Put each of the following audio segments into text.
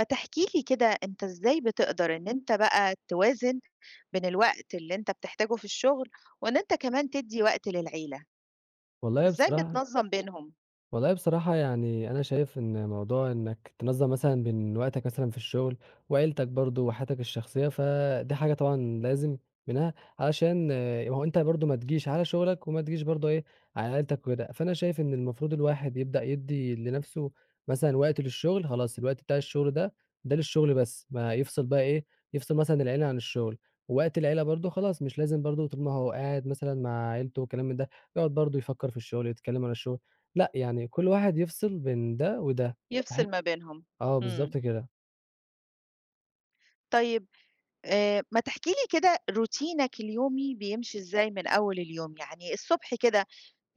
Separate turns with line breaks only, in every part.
فتحكِ لي كده أنت إزاي بتقدر إن أنت بقى توازن بين الوقت اللي أنت بتحتاجه في الشغل، وإن أنت كمان تدّي وقت للعيلة،
والله
إزاي
بصراحة
بتنظّم بينهم،
والله بصراحة يعني أنا شايف إن موضوع إنك تنظّم مثلًا بين وقتك مثلًا في الشغل وعيلتك برضه وحياتك الشخصية، فدي حاجة طبعًا لازم منها علشان ما هو أنت برضه ما تجيش على شغلك وما تجيش برضه على عيلتك وكده. فأنا شايف إن المفروض الواحد يبدأ يدّي لنَفْسه مثلًا وقت للشغل، خلاص الوقت بتاع الشغل ده، ده للشغل بس، ما يفصل بقى يفصل مثلًا العيلة عن الشغل، ووقت العيلة برضه خلاص مش لازم برضه طول ما هو قاعد مثلًا مع عيلته وكلام من ده، يقعد برضه يفكّر في الشغل، يتكلّم عن الشغل. لأ، يعني كل واحد يفصل بين ده وده، باحس
يفصل ما بينهم؟
آه، بالضبط
إمم،
كده.
طيب ما تحكي لي كده روتينك اليومي بيمشي إزاي من أول اليوم، يعني الصبح كده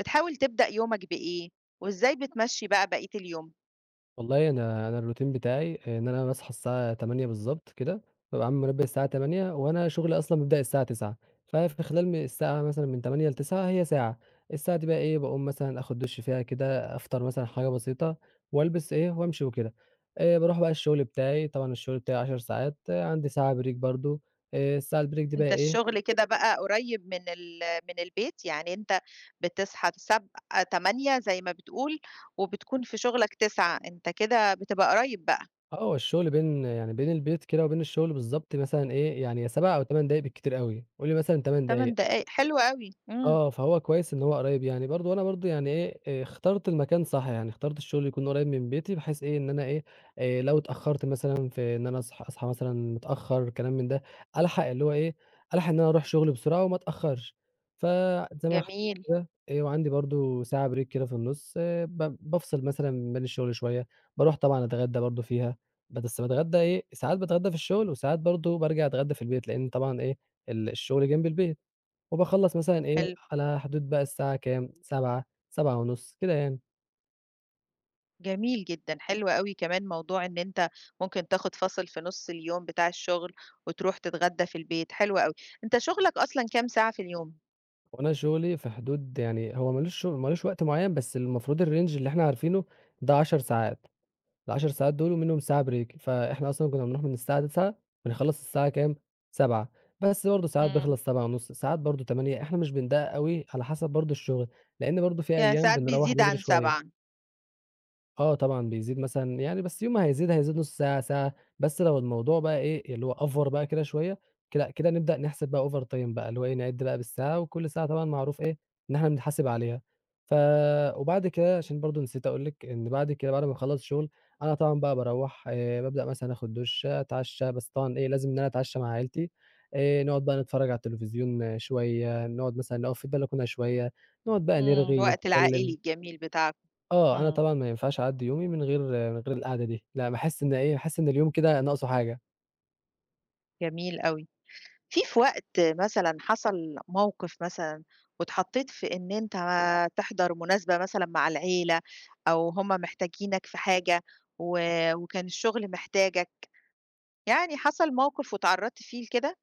بتحاول تبدأ يومك بإيه، وإزاي بتمشّي بقى بقية اليوم؟
والله أنا الروتين بتاعي إن أنا باصحى الساعة 08:00 بالضبط كده، بابقى عامل منبه الساعة 08:00 وأنا شغلي أصلًا بيبدأ الساعة 09:00 ففي خلال الساعة مثلًا من 08:00 ل09:00 هي ساعة، الساعة دي بقى باقوم مثلًا آخد دُش فيها كده، أفطر مثلًا حاجة بسيطة والبس وأمشي وكده. باروح بقى الشغل بتاعي، طبعًا الشغل بتاعي 10 ساعات، عندي ساعة break برضه، الساعة الbreak دي بقى
أنت
إيه.
الشغل كده بقى قريب من من البيت، يعني أنت بتصحى 08:00 زي ما بتقول، وبتكون في شغلك 09:00 أنت كده بتبقى قريب بقى،
آه، هو الشغل بين يعني بين البيت كده وبين الشغل بالضبط مثلًا إيه، يعني يا 7 دقايق أو 8 دقايق بالكتير أوي، قُل لي مثلًا 8
8
دقايق.
دقايق حلو أوي. إمم.
آه، فهو كويس إن هو قريب يعني برضه، وأنا برضه يعني إيه، اخترت المكان صح، يعني اخترت الشغل يكون قريب من بيتي بحيث إيه، إن أنا إيه، لو اتأخرت مثلًا في إن أنا أصحى مثلًا متأخر كلام من ده، ألحق اللي هو إيه، ألحق إن أنا أروح شغلي بسرعة وما أتأخرش. فزي ما حكيت
جميل.
كده، وعندي برضه ساعة break كده في النُص، ب بافصل مثلًا بين الشغل شوية، باروح طبعًا أتغدى برضه فيها، بس باتغدى ساعات باتغدى في الشغل وساعات برضه بارجع أتغدى في البيت، لإن طبعًا إيه، ال الشغل جنب البيت. وباخلّص مثلًا إيه،
حلو.
على حدود بقى الساعة كام، 19:00، 19:30 كده يعني.
جميل جدًا، حلو أوي كمان موضوع إن أنت ممكن تاخد فاصل في نُص اليوم بتاع الشغل، وتروح تتغدى في البيت، حلو أوي. أنت شغلك أصلًا كام ساعة في اليوم؟
وأنا شغلي في حدود يعني هو ما لوش وقت معيّن، بس المفروض الrange اللي إحنا عارفينه ده 10 ساعات، ال10 ساعات دول ومنهم ساعة break، فإحنا أصلًا كنا بنروح من الساعة 09:00 بنخلّص الساعة كام، 19:00 بس برضه ساعات
إمم.
بيخلص 19:30 ساعات برضه 20:00 إحنا مش بندقق أوي على حسب برضه الشغل، لإن برضه في
يعني
أيام
ساعات
بنروّح
بيزيد
بدري
عن 7.
شوية.
إمم.
آه طبعًا بيزيد مثلًا يعني بس يوم ما هيزيد، هيزيد نُص ساعة، ساعة، بس لو الموضوع بقى اللي هو over بقى كده شوية، كده كده نبدأ نحسب بقى over time بقى، اللي هو نعِد بقى بالساعة، وكل ساعة طبعًا معروف إن إحنا بنتحاسب عليها. ف وبعد كده عشان برضه نسيت أقول لِك، إن بعد كده بعد ما باخلّص شُغل، أنا طبعًا بقى باروّح بابدأ مثلًا آخُد دُش، أتعشّى، بس طبعًا لازم إن أنا أتعشّى مع عيلتي، نقعد بقى نتفرّج على التلفزيون شوية، نقعد مثلًا نقف في البلكونة شوية، نقعد بقى
إمم.
نرغي،
الوقت العائلي
نتكلّم.
الجميل بتاعكم.
آه، أنا
إمم،
طبعًا ما ينفعش أعدّي يومي من غير القعدة دي، لأ باحس إن باحس إن اليوم كده ناقصه حاجة.
جميل أوي. في وقت مثلًا حصل موقف مثلًا واتحطيت في إن أنت تحضر مناسبة مثلًا مع العيلة أو هم محتاجينك في حاجة و وكان الشغل محتاجك، يعني حصل موقف واتعرّضت فيه لكده؟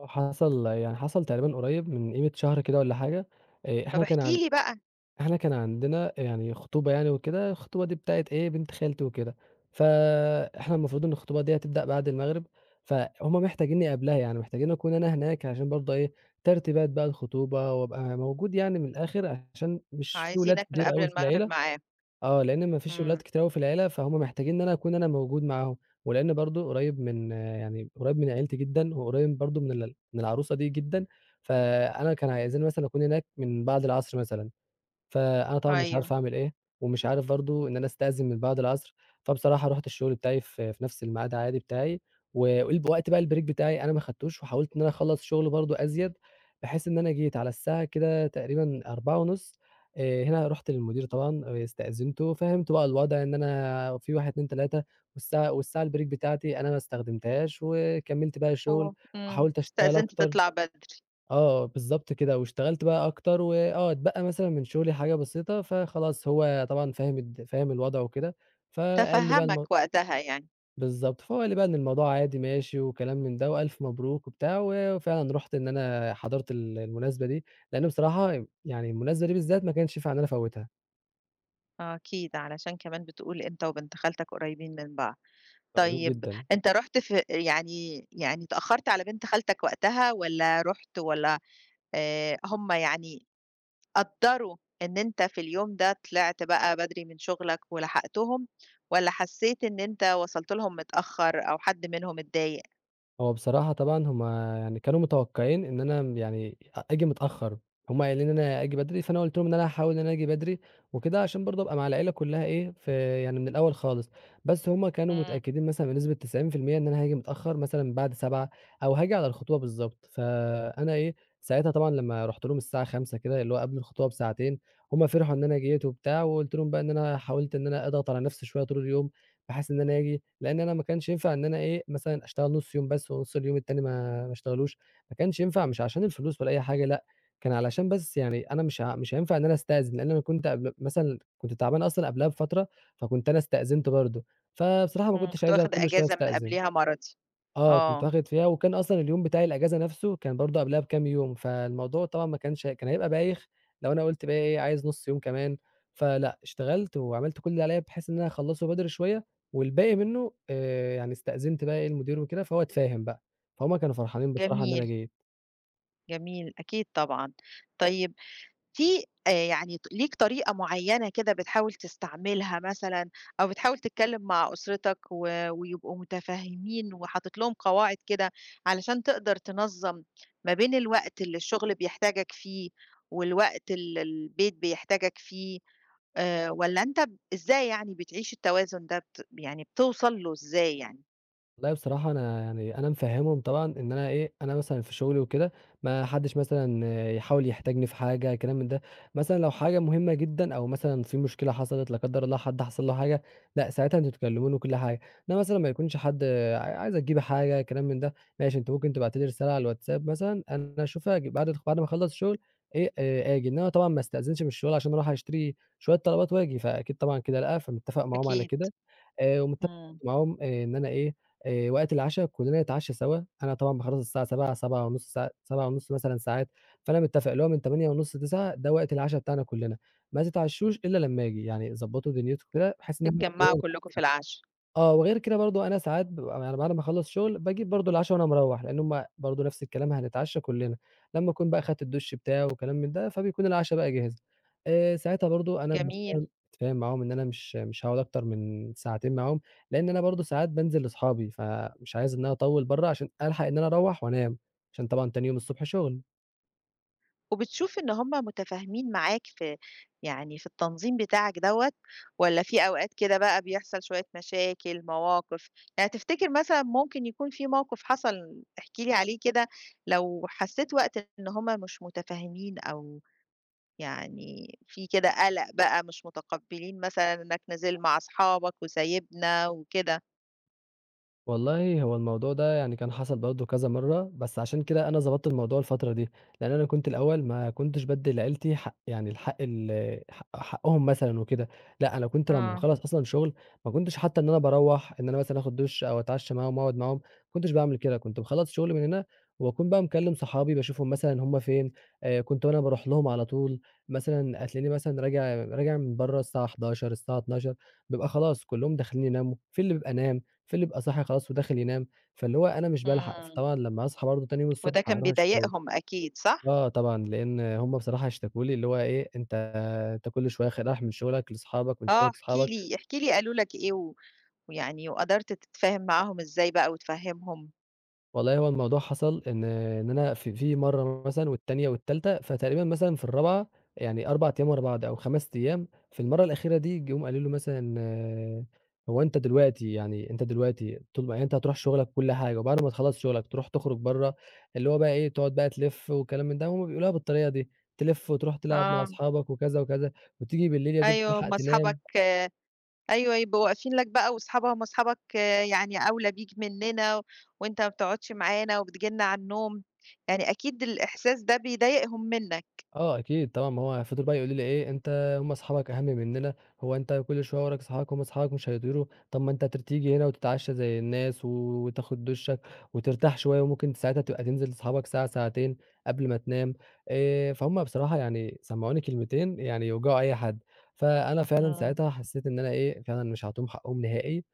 حصل يعني حصل تقريبًا قريب من قيمة شهر كده والّا حاجة، آآ
طب
إحنا كان
احكِ
عن
لي بقى.
إحنا كان عندنا يعني خطوبة يعني وكده، الخطوبة دي بتاعة بنت خالتي وكده، فإحنا المفروض إن الخطوبة دي هتبدأ بعد المغرب، فهُم محتاجينّي قبلها، يعني محتاجين أكون أنا هناك عشان برضه ترتيبات بقى الخطوبة وأبقى موجود يعني من الآخر، عشان مش في ولاد
عايزينك من
كتير
قبل
أوي في
المغرب
العيلة.
معاهم.
آه، لإن ما فيش ولاد
إمم.
كتير أوي في العيلة، فهُم محتاجين إن أنا أكون أنا موجود معاهم، ولإن برضه قريب من آه، يعني قريب من عيلتي جدًا، وقريب برضه من من العروسة دي جدًا، فأنا كان عايزين مثلًا أكون هناك من بعد العصر مثلًا. فأنا طبعًا مش
أيوه.
عارف أعمل إيه، ومش عارف برضه إن أنا أستأذن من بعد العصر، فبصراحة رُحت الشغل بتاعي في نفس الميعاد عادي بتاعي، و وقت بقى البريك بتاعي أنا ما خدتوش، وحاولت إن أنا أخلّص شغل برضه أزيد، بحيث إن أنا جيت على الساعة كده تقريبًا 16:30. هنا رُحت للمدير طبعًا واستأذنته، فهمته بقى الوضع إن أنا في 1، 2، 3 والساعة البريك بتاعتي أنا ما استخدمتهاش، وكمّلت بقى شغل
هو
وحاولت أشتغل
استأذنت
أكتر.
تطلع بدري.
آه، بالضبط كده، واشتغلت بقى أكتر وآه، اتبقى مثلًا من شغلي حاجة بسيطة، فخلاص هو طبعًا فاهم الوضع وكده، فقال لي بقى
تفهّمك
الم
وقتها يعني.
بالضبط، فهو قال لي بقى إن الموضوع عادي ماشي وكلام من ده وألف مبروك وبتاع، وفعلًا رُحت إن أنا حضرت المناسبة دي، لإن بصراحة يعني المناسبة دي بالذات ما كانش ينفع إن أنا أفوّتها،
آه، أكيد علشان كمان بتقول أنت وبنت خالتك قريبين من بعض.
كانوا قريبين
طيب
جدًا.
أنت رُحت في يعني اتأخّرت على بنت خالتك وقتها والّا رُحت والّا هم يعني قدّروا إن أنت في اليوم ده طلعت بقى بدري من شُغلك ولحقتهم والّا حسّيت إن أنت وصلت لهم متأخّر أو حد منهم اتضايق؟
هو بصراحة طبعًا هم يعني كانوا متوقعين إن أنا م يعني أ آجي متأخّر، هم قايلين إن أنا آجي بدري، فأنا قُلت لهم إن أنا هاحاول إن أنا آجي بدري وكده عشان برضه أبقى مع العيلة كلّها في يعني من الأول خالص، بس هم كانوا
إمم.
متأكدين مثلًا بنسبة 90% إن أنا هاجي متأخّر مثلًا بعد 19:00 أو هاجي على الخطوبة بالضبط، فأنا ساعتها طبعًا لمّا رُحت لهم الساعة 17:00 كده اللي هو قبل الخطوبة بساعتين، هم فرحوا إن أنا جيت وبتاع وقُلت لهم بقى إن أنا حاولت إن أنا أضغط على نَفْسي شوية طول اليوم، بحيث إن أنا آجي لإن أنا ما كانش ينفع إن أنا مثلًا أشتغل نُص يوم بس ونُص اليوم التاني ما اشتغلوش، ما كانش ينفع مش عشان الفلوس ولا أي حاجة لأ، كان علشان بس يعني أنا مش هينفع إن أنا أستأذن، لإن أنا كنت قبل مثلًا كنت تعبان أصلًا قبلها بفترة، فكنت أنا استأذنت برضه، فبصراحة ما
إمم.
كنتش
كنت
عايز أنا
واخد
كل شوية
إجازة من
أستأذن.
قبليها مَرَضي.
آه، كنت
آه.
واخد فيها وكان أصلًا اليوم بتاعي الأجازة نَفْسه كان برضه قبلها بكام يوم، فالموضوع طبعًا ما كانش كان هيبقى بايخ لو أنا قُلت بقى عايز نُص يوم كمان، فلأ، اشتغلت وعملت كل اللي عليّا بحيث إن أنا أخلّصه بدري شوية والباقي منّه يعني استأذنت بقى المدير وكده، فهو اتفاهم بقى، فهُم كانوا فرحانين بصراحة إن أنا
جميل،
جيت.
جميل، أكيد طبعًا. طيب في يعني ليك طريقة معيّنة كده بتحاول تستعملها مثلًا أو بتحاول تتكلّم مع أسرتك ويبقوا متفهّمين وحاطط لهم قواعد كده علشان تقدر تنظّم ما بين الوقت اللي الشغل بيحتاجك فيه والوقت اللي البيت بيحتاجك فيه، والّا أنت إزاي يعني بتعيش التوازن ده يعني بتوصل له إزاي يعني؟
والله بصراحة أنا يعني أنا مفهّمهم طبعًا إن أنا أنا مثلًا في شغلي وكده ما حدّش مثلًا يحاول يحتاجني في حاجة كلام من ده، مثلًا لو حاجة مهمة جدًا أو مثلًا في مشكلة حصلت لا قدّر الله حد حصل له حاجة، لأ ساعتها أنتم تكلموني وكل حاجة، إنّما مثلًا ما يكونش حد ع عايزة تجيبي حاجة كلام من ده، ماشي أنتِ ممكن تبعتي لي رسالة على الواتساب مثلًا أنا أشوفها بعد ما أخلّص شغل إيه آجي، إنّما طبعًا ما استأذنش من الشغل عشان أروح أشتري شوية طلبات وآجي، فأكيد طبعًا كده لأ، فمتّفق معاهم على
أكيد.
كده، ومتّفق
إمم.
معاهم آه، إن أنا إيه وقت العشا كُلّنا نتعشّى سوا، أنا طبعًا باخلّص الساعة 19:00، 19:30 مثلًا ساعات، فأنا متّفق اللي هو من 20:30 ل21:00 ده وقت العشا بتاعنا كُلّنا، ما تتعشّوش إلا لمّا آجي، يعني ضبّطوا دنيتكم كده بحيث إن إحنا كُلّنا
تتجمّعوا كلّكم
نتعشّى
في
سوا.
العشا.
آه، وغير كده برضه أنا ساعات بابقى يعني بعد ما أخلّص شغل، باجيب برضه العشا وأنا مروّح، لإن هُم برضه نفس الكلام هنتعشى كلّنا، لمّا أكون بقى خدت الدُش بتاعي وكلام من ده، فبيكون العشا بقى جِهِز. ساعتها برضه أنا متفاهم
جميل.
متفاهم معاهم إن أنا مش هاقعد أكتر من ساعتين معاهم، لإن أنا برضه ساعات بانزل لأصحابي، فمش عايز إن أنا أطوّل برّه عشان ألحق إن أنا أروّح وأنام، عشان طبعًا تاني يوم الصبح شغل.
وبتشوف إن هم متفاهمين معاك في يعني في التنظيم بتاعك دوّة والّا في أوقات كده بقى بيحصل شوية مشاكل، مواقف؟ يعني تفتكر مثلًا ممكن يكون في موقف حصل، احكِ لي عليه كده لو حسّيت وقت إن هم مش متفاهمين أو يعني في كده قلق بقى، مش متقبّلين مثلًا إنّك نازل مع أصحابك وسايبنا وكده.
والله هو الموضوع ده يعني كان حصل برضه كذا مرّة، بس عشان كده أنا ضبطت الموضوع الفترة دي، لإن أنا كنت الأول ما كنتش بادّي لعيلتي حق يعني الحق ال حق حقهم مثلًا وكده، لأ أنا كنت لمّا
آه.
باخلّص أصلًا شغل ما كنتش حتى إن أنا باروّح إن أنا مثلًا آخد دُش أو أتعشى معاهم أقعد معاهم، ما كنتش باعمل كده، كنت باخلّص شغل من هنا وأكون بقى مكلّم صحابي باشوفهم مثلًا هم فين، كنت أنا باروح لهم على طول، مثلًا هتلاقيني مثلًا راجع من برّه الساعة 23:00 الساعة 00:00 بيبقى خلاص كلّهم داخلين يناموا، في اللي بيبقى نام، فاللي بيبقى صاحي خلاص وداخل ينام، فاللي هو أنا مش بالحق،
إمم.
فطبعًا لمّا هاصحى برضه تاني يوم
وده
الصبح
كان
هاروح الشغل.
بيضايقهم أكيد صح؟
آه طبعًا، لإن هُم بصراحة اشتكوا لي اللي هو إيه، أنت كل شوية رايح من شغلك لأصحابك، من شغلك
آه، احكِ
لأصحابك.
لي، احكِ لي قالوا لك إيه ويعني وقدرت تتفاهم معاهم إزاي بقى وتفهّمهم؟
والله هو الموضوع حصل إن إن أنا في مرّة مثلًا والتانية والتالتة، فتقريبًا مثلًا في الرابعة يعني 4 أيام ورا بعض أو 5 أيام، في المرّة الأخيرة دي جُم قالوا له مثلًا آه، "هو أنت دلوقتي يعني أنت دلوقتي طول ما يعني أنت هتروح شغلك وكل حاجة وبعد ما تخلّص شغلك تروح تخرج برّه." اللي هو بقى إيه، تقعد بقى تلِف وكلام من ده، هُم بيقولوها بالطريقة دي، تلِف وتروح تلعب مع
آه.
أصحابك وكذا، وكذا، وتيجي بالليل يا دوب
أيوه،
تلحق
هم
تنام.
أصحابك آه. أيوه، يبقوا واقفين لك بقى وأصحاب هم أصحابك آه، يعني أولى بيك منّنا و- وأنت ما بتقعدش معانا وبتيجي لنا على النوم، يعني أكيد الإحساس ده بيضايقهم منّك.
آه أكيد طبعًا، ما هو فضلوا بقى يقولوا لي إيه: "أنت هم أصحابك أهم مننا، هو أنت كل شوية وراك أصحابك، هم أصحابك مش هيطيروا، طب ما أنت تيجي هنا وتتعشى زي الناس و- وتاخد دُشّك وترتاح شوية وممكن ساعتها تبقى تنزل لأصحابك ساعة، ساعتين قبل ما تنام." فهُم بصراحة يعني سمعوني كلمتين يعني يوجعوا أي حد، فأنا فعلًا
إمم.
ساعتها حسّيت إن أنا إيه، فعلًا مش هاعطيهم حقّهم نهائي،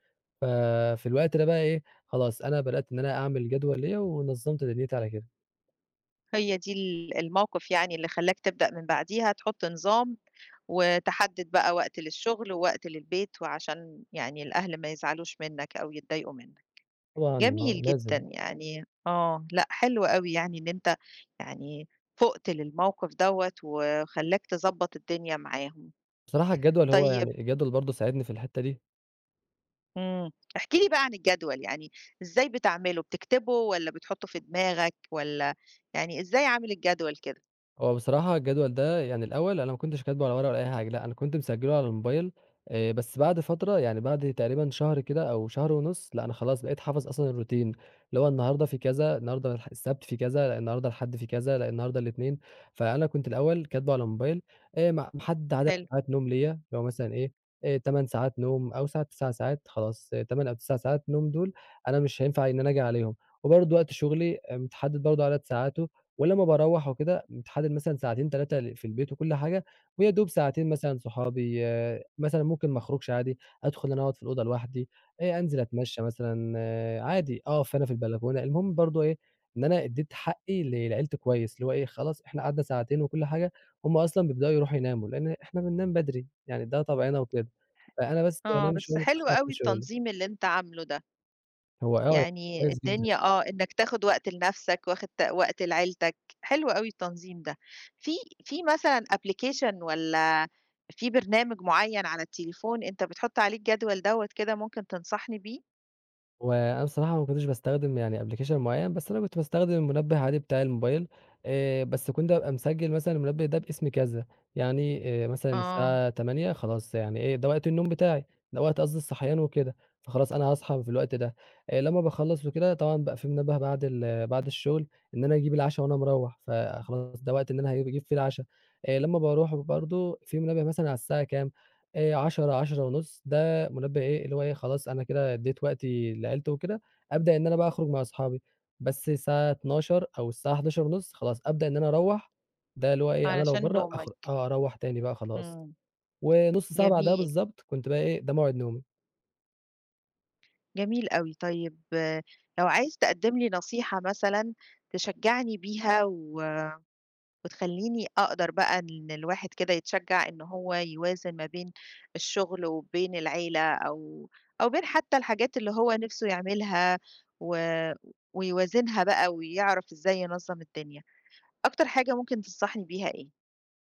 ففي الوقت ده بقى إيه، خلاص أنا بدأت إن أنا أعمل جدول ليّا ونظّمت دنيتي على كده،
هي دي الموقف يعني اللي خلّاك تبدأ من بعديها تحُط نظام، وتحدد بقى وقت للشغل ووقت للبيت، وعشان يعني الأهل ما يزعلوش منّك أو يتضايقوا منّك.
طبعًا آه
جميل
لازم.
جدًا يعني آه، لأ حلو أوي يعني إن أنت يعني فُقت للموقف دوّة، وخلّاك تضبّط الدنيا معاهم.
بصراحة الجدول هو
طيب.
يعني الجدول برضه ساعدني في الحتّة دي،
إمم. احكِ لي بقى عن الجدول، يعني إزاي بتعمله، بتكتبه والّا بتحُطّه في دماغك والّا يعني إزاي عامل الجدول كده؟
هو بصراحة الجدول ده يعني الأول أنا ما كنتش كاتبه على ورقة ولا أي حاجة، لأ أنا كنت مسجله على الموبايل، بس بعد فترة يعني بعد تقريبًا شهر كده أو شهر ونص، لأ أنا خلاص بقيت حافظ أصلًا الروتين، اللي هو النهارده في كذا، النهارده السبت في كذا، لأ النهارده الحد في كذا، لأ النهارده الاتنين، فأنا كنت الأول كاتبه على الموبايل، م محدد عدد
حلو.
ساعات نوم ليّا، اللي هو مثلًا إيه، 8 ساعات نوم أو ساعات 9 ساعات خلاص 8 أو 9 ساعات نوم دول أنا مش هينفع إن أنا آجي عليهم، وبرضه وقت شغلي آه، متحدد برضه عدد ساعاته، ولمّا باروّح وكده كنت حادد مثلًا ساعتين 3 في البيت وكل حاجة، ويا دوب ساعتين مثلًا صحابي مثلًا ممكن ما اخرجش عادي، أدخل أنا أقعد في الأوضة لوحدي، أنزل أتمشى مثلًا عادي، أقف أنا في البلكونة، المهم برضه إيه، إن أنا ادّيت حقّي لعيلتي كويس، اللي هو إيه خلاص إحنا قعدنا ساعتين وكل حاجة، هُم أصلًا بيبدأوا يروحوا يناموا، لإن إحنا بننام بدري، يعني ده طبعنا وكده، فأنا بس
آه،
بانام شوية
بس حلو
متأخر عشان
أوي
شغلي،
التنظيم اللي أنت عامله ده،
هو آه
يعني
كويس جدًا.
الدنيا إنك تاخد وقت لنفسك، واخد وقت لعيلتك، حلو أوي التنظيم ده. في في مثلًا application والّا في برنامج معيّن على التليفون أنت بتحط عليه الجدول دوّة كده ممكن تنصحني بيه؟
هو أنا بصراحة ما كنتش باستخدم يعني application معيّن، بس أنا كنت باستخدم المنبه عادي بتاع الموبايل، بس كنت أبقى مسجّل مثلًا المنبه ده باسم كذا، يعني مثلًا
آه،
الساعة 08:00 خلاص يعني إيه ده وقت النوم بتاعي، ده وقت قصدي الصحيان وكده، فخلاص أنا هاصحى في الوقت ده، لمّا باخلّص وكده طبعًا بقى في منبه بعد الشغل إن أنا أجيب العشا وأنا مروّح، فخلاص ده وقت إن أنا أجيب فيه العشا، لمّا باروح برضه في منبه مثلًا على الساعة كام، 10:00، 10:30 ده منبه إيه، اللي هو إيه، خلاص أنا كده ادّيت وقتي لعيلتي وكده، أبدأ إن أنا بقى أخرج مع أصحابي، بس الساعة 00:00 أو الساعة 23:30 خلاص أبدأ إن أنا أروّح، ده اللي هو إيه، أنا لو
علشان
برّه أخر
نومك.
آه، أروّح تاني بقى خلاص،
إمم.
ونُص ساعة بعدها
جميل،
بالضبط كنت بقى إيه، ده موعد نومي.
جميل أوي. طيب آه، لو عايز تقدّم لي نصيحة مثلًا تشجعني بيها وتخلّيني أقدر بقى إن الواحد كده يتشجّع إن هو يوازن ما بين الشغل وبين العيلة أو أو بين حتّى الحاجات اللي هو نِفْسه يعملها و ويوازنها بقى ويعرف إزاي ينظّم الدنيا. أكتر حاجة ممكن تنصحني بيها إيه؟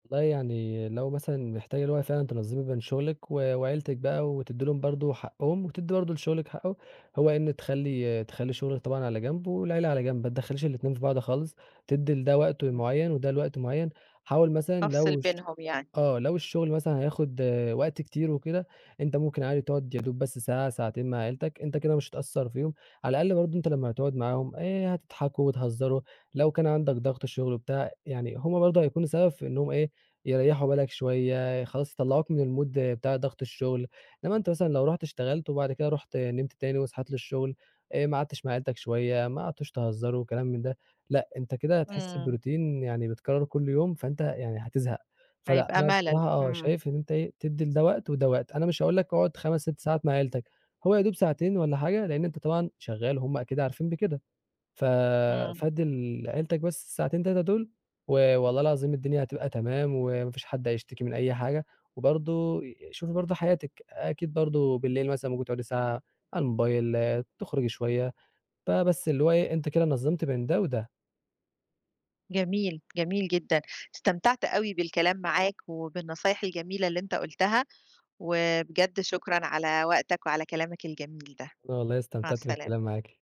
والله يعني لو مثلًا محتاجة اللي هو فعلًا تنظّمي بين شغلِك وعيلتِك بقى وتدّي لهم برضه حقّهم، وتدّي برضه لشغلِك حقّه، هو إن تخلّي شغلِك طبعًا على جنب والعيلة على جنب، ما تدخّليش الاتنين في بعض خالص، تدّي لده وقت
إمم.
معيّن وده لوقت معيّن. حاول مثلًا
أفصل
لو ش
بينهم يعني.
آه، لو الشغل مثلًا هياخد آه، وقت كتير وكده، أنت ممكن عادي تقعد يا دوب بس ساعة، ساعتين مع عيلتك، أنت كده مش هتأثّر فيهم، على الأقل برضه أنت لمّا هتقعد معاهم هتضحكوا وتهزروا، لو كان عندك ضغط شغل وبتاع، يعني هم برضه هيكونوا سبب في إنهم إيه، يريّحوا بالك شوية، خلاص يطلّعوك من الmood بتاع ضغط الشغل، إنما أنت مثلًا لو رُحت اشتغلت وبعد كده رُحت نمت تاني وصحيت للشغل، ما قعدتش مع عيلتك شوية، ما قعدتوش تهزروا وكلام من ده، لأ، أنت كده هتحس
إمم.
بroutine يعني بيتكرر كل يوم، فأنت يعني هتزهق. فلأ،
هيبقى
أنا
ملل.
بصراحة آه،
إمم.
شايف إن أنت إيه، تدّي لده وقت وده وقت، أنا مش هاقول لك اقعد 5، 6 ساعات مع عيلتك، هو يا دوب ساعتين والّا حاجة، لإن أنت طبعًا شغّال وهُم أكيد عارفين بكده، ف
إمم.
فادّي لعيلتك بس الساعتين 3 دول، والله العظيم الدنيا هتبقى تمام، وما فيش حد هيشتكي من أي حاجة، وبرضه شوفي برضه حياتِك، أكيد برضه بالليل مثلًا ممكن تقعدي ساعة على الموبايل، تخرجي شوية، فبس اللي هو إيه، أنتِ كده نظّمتِ بين ده وده،
جميل، جميل جدًا. استمتعت أوي بالكلام معاك وبالنصايح الجميلة اللي أنت قُلتها، وبجد شكرًا على وقتك وعلى كلامك الجميل ده.
أنا والله
مع
استمتعت بالكلام
السلامة.
معاكِ.